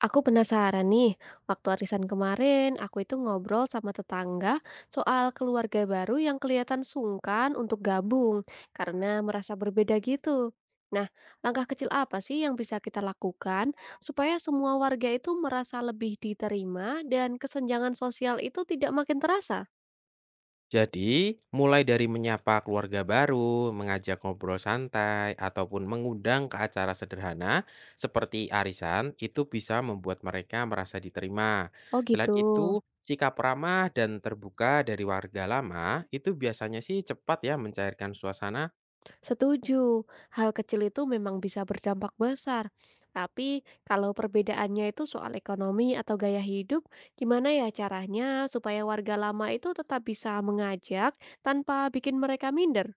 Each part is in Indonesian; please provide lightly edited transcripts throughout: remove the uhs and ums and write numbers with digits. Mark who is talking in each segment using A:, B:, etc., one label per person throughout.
A: Aku penasaran nih, waktu arisan kemarin aku itu ngobrol sama tetangga soal keluarga baru yang kelihatan sungkan untuk gabung karena merasa berbeda gitu. Nah, langkah kecil apa sih yang bisa kita lakukan supaya semua warga itu merasa lebih diterima dan kesenjangan sosial itu tidak makin terasa?
B: Jadi, mulai dari menyapa keluarga baru, mengajak ngobrol santai, ataupun mengundang ke acara sederhana seperti arisan, itu bisa membuat mereka merasa diterima.
A: Oh
B: Selain
A: gitu.
B: itu, sikap ramah dan terbuka dari warga lama itu biasanya sih cepat ya mencairkan suasana.
A: Setuju, hal kecil itu memang bisa berdampak besar. Tapi kalau perbedaannya itu soal ekonomi atau gaya hidup, gimana ya caranya supaya warga lama itu tetap bisa mengajak tanpa bikin mereka minder?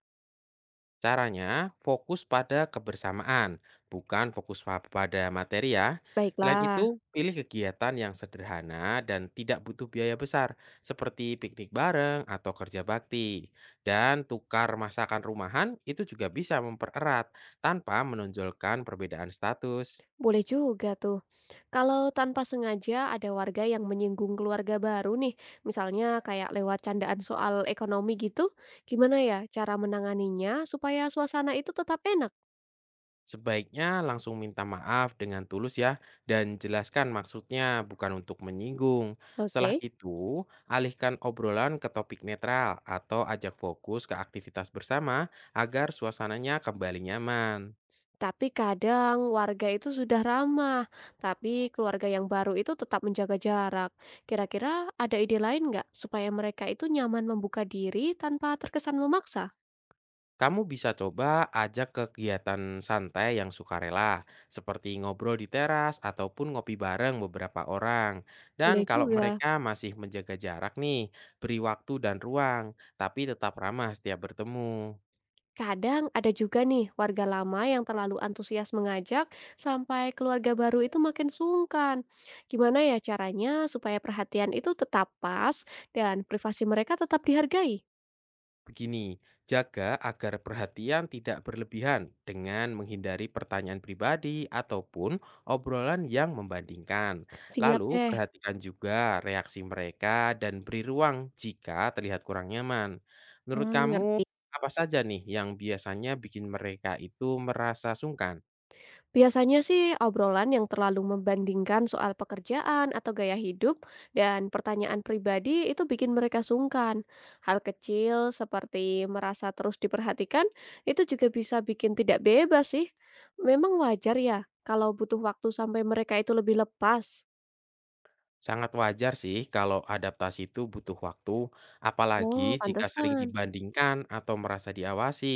B: Caranya fokus pada kebersamaan, bukan fokus pada materi ya. Selain
A: Baiklah,
B: itu, pilih kegiatan yang sederhana dan tidak butuh biaya besar, seperti piknik bareng atau kerja bakti. Dan tukar masakan rumahan itu juga bisa mempererat tanpa menonjolkan perbedaan status.
A: boleh juga tuh. Kalau tanpa sengaja ada warga yang menyinggung keluarga baru nih, misalnya kayak lewat candaan soal ekonomi gitu, gimana ya cara menanganinya supaya suasana itu tetap enak?
B: Sebaiknya langsung minta maaf dengan tulus ya, dan jelaskan maksudnya bukan untuk menyinggung. Setelah
A: Oke.
B: itu, alihkan obrolan ke topik netral atau ajak fokus ke aktivitas bersama agar suasananya kembali nyaman.
A: Tapi kadang warga itu sudah ramah, tapi keluarga yang baru itu tetap menjaga jarak. Kira-kira ada ide lain nggak supaya mereka itu nyaman membuka diri tanpa terkesan memaksa?
B: Kamu bisa coba ajak ke kegiatan santai yang sukarela, seperti ngobrol di teras ataupun ngopi bareng beberapa orang. Dan
A: Boleh
B: kalau
A: juga.
B: mereka masih menjaga jarak nih, beri waktu dan ruang, tapi tetap ramah setiap bertemu.
A: Kadang ada juga nih warga lama yang terlalu antusias mengajak sampai keluarga baru itu makin sungkan. Gimana ya caranya supaya perhatian itu tetap pas dan privasi mereka tetap dihargai?
B: Begini, jaga agar perhatian tidak berlebihan dengan menghindari pertanyaan pribadi ataupun obrolan yang membandingkan.
A: Siap
B: Lalu,
A: deh.
B: perhatikan juga reaksi mereka dan beri ruang jika terlihat kurang nyaman. Menurut
A: Hmm,
B: kamu,
A: ngerti.
B: apa saja nih yang biasanya bikin mereka itu merasa sungkan?
A: Biasanya sih obrolan yang terlalu membandingkan soal pekerjaan atau gaya hidup dan pertanyaan pribadi itu bikin mereka sungkan. Hal kecil seperti merasa terus diperhatikan itu juga bisa bikin tidak bebas sih. Memang wajar ya kalau butuh waktu sampai mereka itu lebih lepas.
B: Sangat wajar sih kalau adaptasi itu butuh waktu,
A: Oh,
B: apalagi jika sering
A: pantesan.
B: dibandingkan atau merasa diawasi.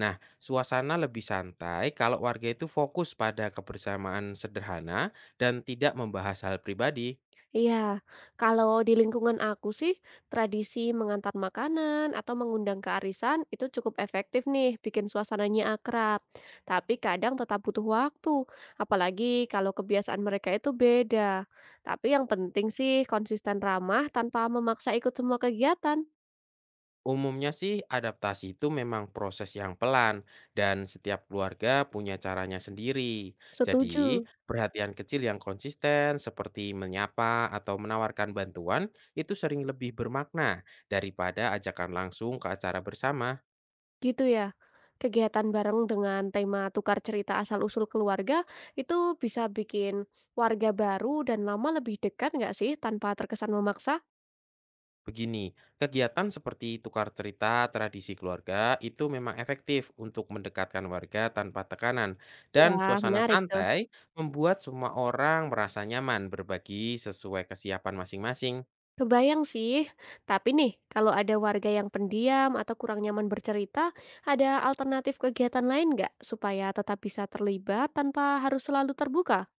B: Nah, suasana lebih santai kalau warga itu fokus pada kebersamaan sederhana dan tidak membahas hal pribadi.
A: Iya, kalau di lingkungan aku sih, tradisi mengantar makanan atau mengundang ke arisan itu cukup efektif nih, bikin suasananya akrab. Tapi kadang tetap butuh waktu, apalagi kalau kebiasaan mereka itu beda. Tapi yang penting sih konsisten ramah tanpa memaksa ikut semua kegiatan.
B: Umumnya sih adaptasi itu memang proses yang pelan dan setiap keluarga punya caranya sendiri. Jadi,
A: Setuju,
B: perhatian kecil yang konsisten seperti menyapa atau menawarkan bantuan itu sering lebih bermakna daripada ajakan langsung ke acara bersama.
A: gitu ya. Kegiatan bareng dengan tema tukar cerita asal-usul keluarga itu bisa bikin warga baru dan lama lebih dekat nggak sih tanpa terkesan memaksa?
B: Begini, kegiatan seperti tukar cerita tradisi keluarga itu memang efektif untuk mendekatkan warga tanpa tekanan, dan
A: Wah,
B: suasana
A: menarik tuh.
B: santai membuat semua orang merasa nyaman berbagi sesuai kesiapan masing-masing.
A: Kebayang sih. Tapi nih, kalau ada warga yang pendiam atau kurang nyaman bercerita, ada alternatif kegiatan lain nggak supaya tetap bisa terlibat tanpa harus selalu terbuka?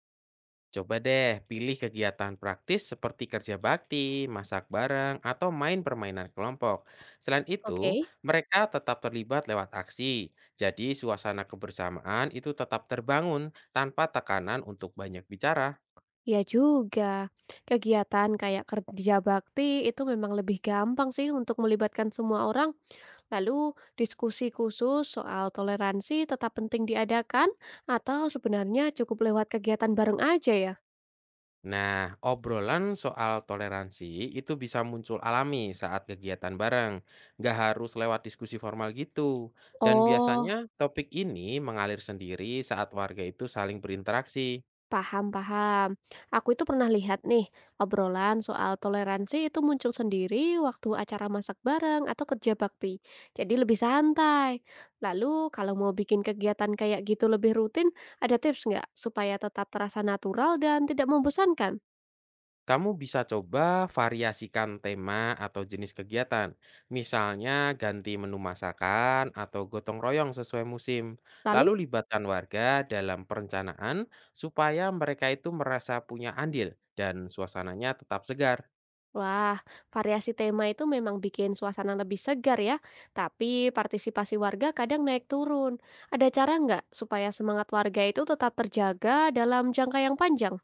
B: Coba deh pilih kegiatan praktis seperti kerja bakti, masak bareng, atau main permainan kelompok. Selain itu,
A: Oke.
B: mereka tetap terlibat lewat aksi. Jadi, suasana kebersamaan itu tetap terbangun tanpa tekanan untuk banyak bicara.
A: Ya juga. Kegiatan kayak kerja bakti itu memang lebih gampang sih untuk melibatkan semua orang. Lalu diskusi khusus soal toleransi tetap penting diadakan atau sebenarnya cukup lewat kegiatan bareng aja ya?
B: Nah, obrolan soal toleransi itu bisa muncul alami saat kegiatan bareng, nggak harus lewat diskusi formal gitu. Dan
A: Oh,
B: biasanya topik ini mengalir sendiri saat warga itu saling berinteraksi.
A: Paham paham. Aku itu pernah lihat nih, obrolan soal toleransi itu muncul sendiri waktu acara masak bareng atau kerja bakti. Jadi lebih santai. Lalu kalau mau bikin kegiatan kayak gitu lebih rutin, ada tips nggak supaya tetap terasa natural dan tidak membosankan?
B: Kamu bisa coba variasikan tema atau jenis kegiatan, misalnya ganti menu masakan atau gotong royong sesuai musim.
A: Lalu,
B: Lalu libatkan warga dalam perencanaan supaya mereka itu merasa punya andil dan suasananya tetap segar.
A: wah, variasi tema itu memang bikin suasana lebih segar ya. Tapi partisipasi warga kadang naik turun. Ada cara nggak supaya semangat warga itu tetap terjaga dalam jangka yang panjang?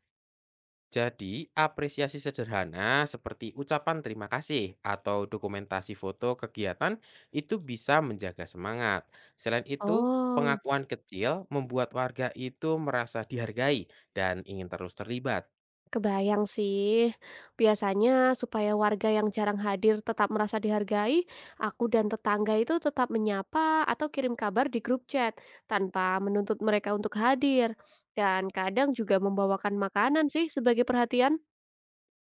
B: Jadi, apresiasi sederhana seperti ucapan terima kasih atau dokumentasi foto kegiatan itu bisa menjaga semangat. Selain itu,
A: Oh,
B: pengakuan kecil membuat warga itu merasa dihargai dan ingin terus terlibat.
A: kebayang sih. Biasanya supaya warga yang jarang hadir tetap merasa dihargai, aku dan tetangga itu tetap menyapa atau kirim kabar di grup chat tanpa menuntut mereka untuk hadir. Dan kadang juga membawakan makanan sih sebagai perhatian,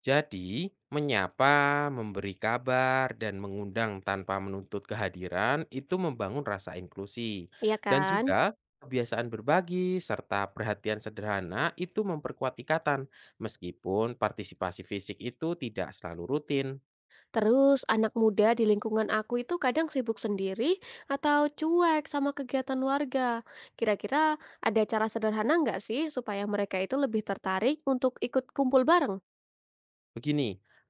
B: Jadi, menyapa, memberi kabar, dan mengundang tanpa menuntut kehadiran itu membangun rasa inklusi.
A: iya
B: Dan
A: kan?
B: juga kebiasaan berbagi serta perhatian sederhana itu memperkuat ikatan, meskipun partisipasi fisik itu tidak selalu rutin.
A: Terus anak muda di lingkungan aku itu kadang sibuk sendiri atau cuek sama kegiatan warga. Kira-kira ada cara sederhana nggak sih supaya mereka itu lebih tertarik untuk ikut kumpul bareng?
B: Begini,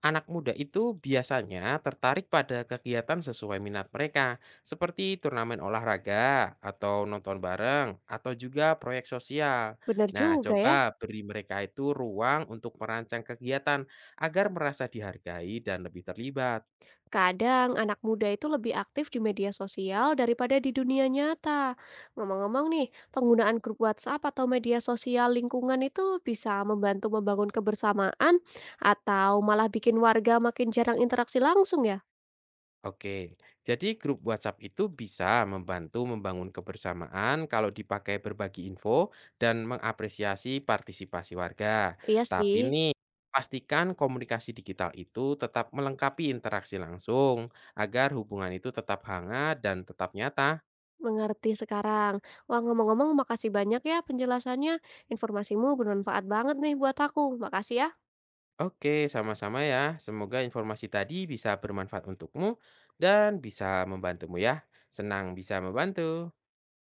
B: anak muda itu biasanya tertarik pada kegiatan sesuai minat mereka, seperti turnamen olahraga, atau nonton bareng, atau juga proyek sosial.
A: Benar
B: Nah,
A: juga ya.
B: coba beri mereka itu ruang untuk merancang kegiatan agar merasa dihargai dan lebih terlibat.
A: Kadang anak muda itu lebih aktif di media sosial daripada di dunia nyata. Ngomong-ngomong nih, penggunaan grup WhatsApp atau media sosial lingkungan itu bisa membantu membangun kebersamaan atau malah bikin warga makin jarang interaksi langsung ya?
B: Oke, jadi grup WhatsApp itu bisa membantu membangun kebersamaan kalau dipakai berbagi info dan mengapresiasi partisipasi warga.
A: Iya
B: Tapi
A: sih,
B: nih, pastikan komunikasi digital itu tetap melengkapi interaksi langsung agar hubungan itu tetap hangat dan tetap nyata.
A: mengerti sekarang. Wah, ngomong-ngomong makasih banyak ya penjelasannya. Informasimu bermanfaat banget nih buat aku. Makasih ya.
B: Oke, sama-sama ya. Semoga informasi tadi bisa bermanfaat untukmu dan bisa membantumu ya. Senang bisa membantu.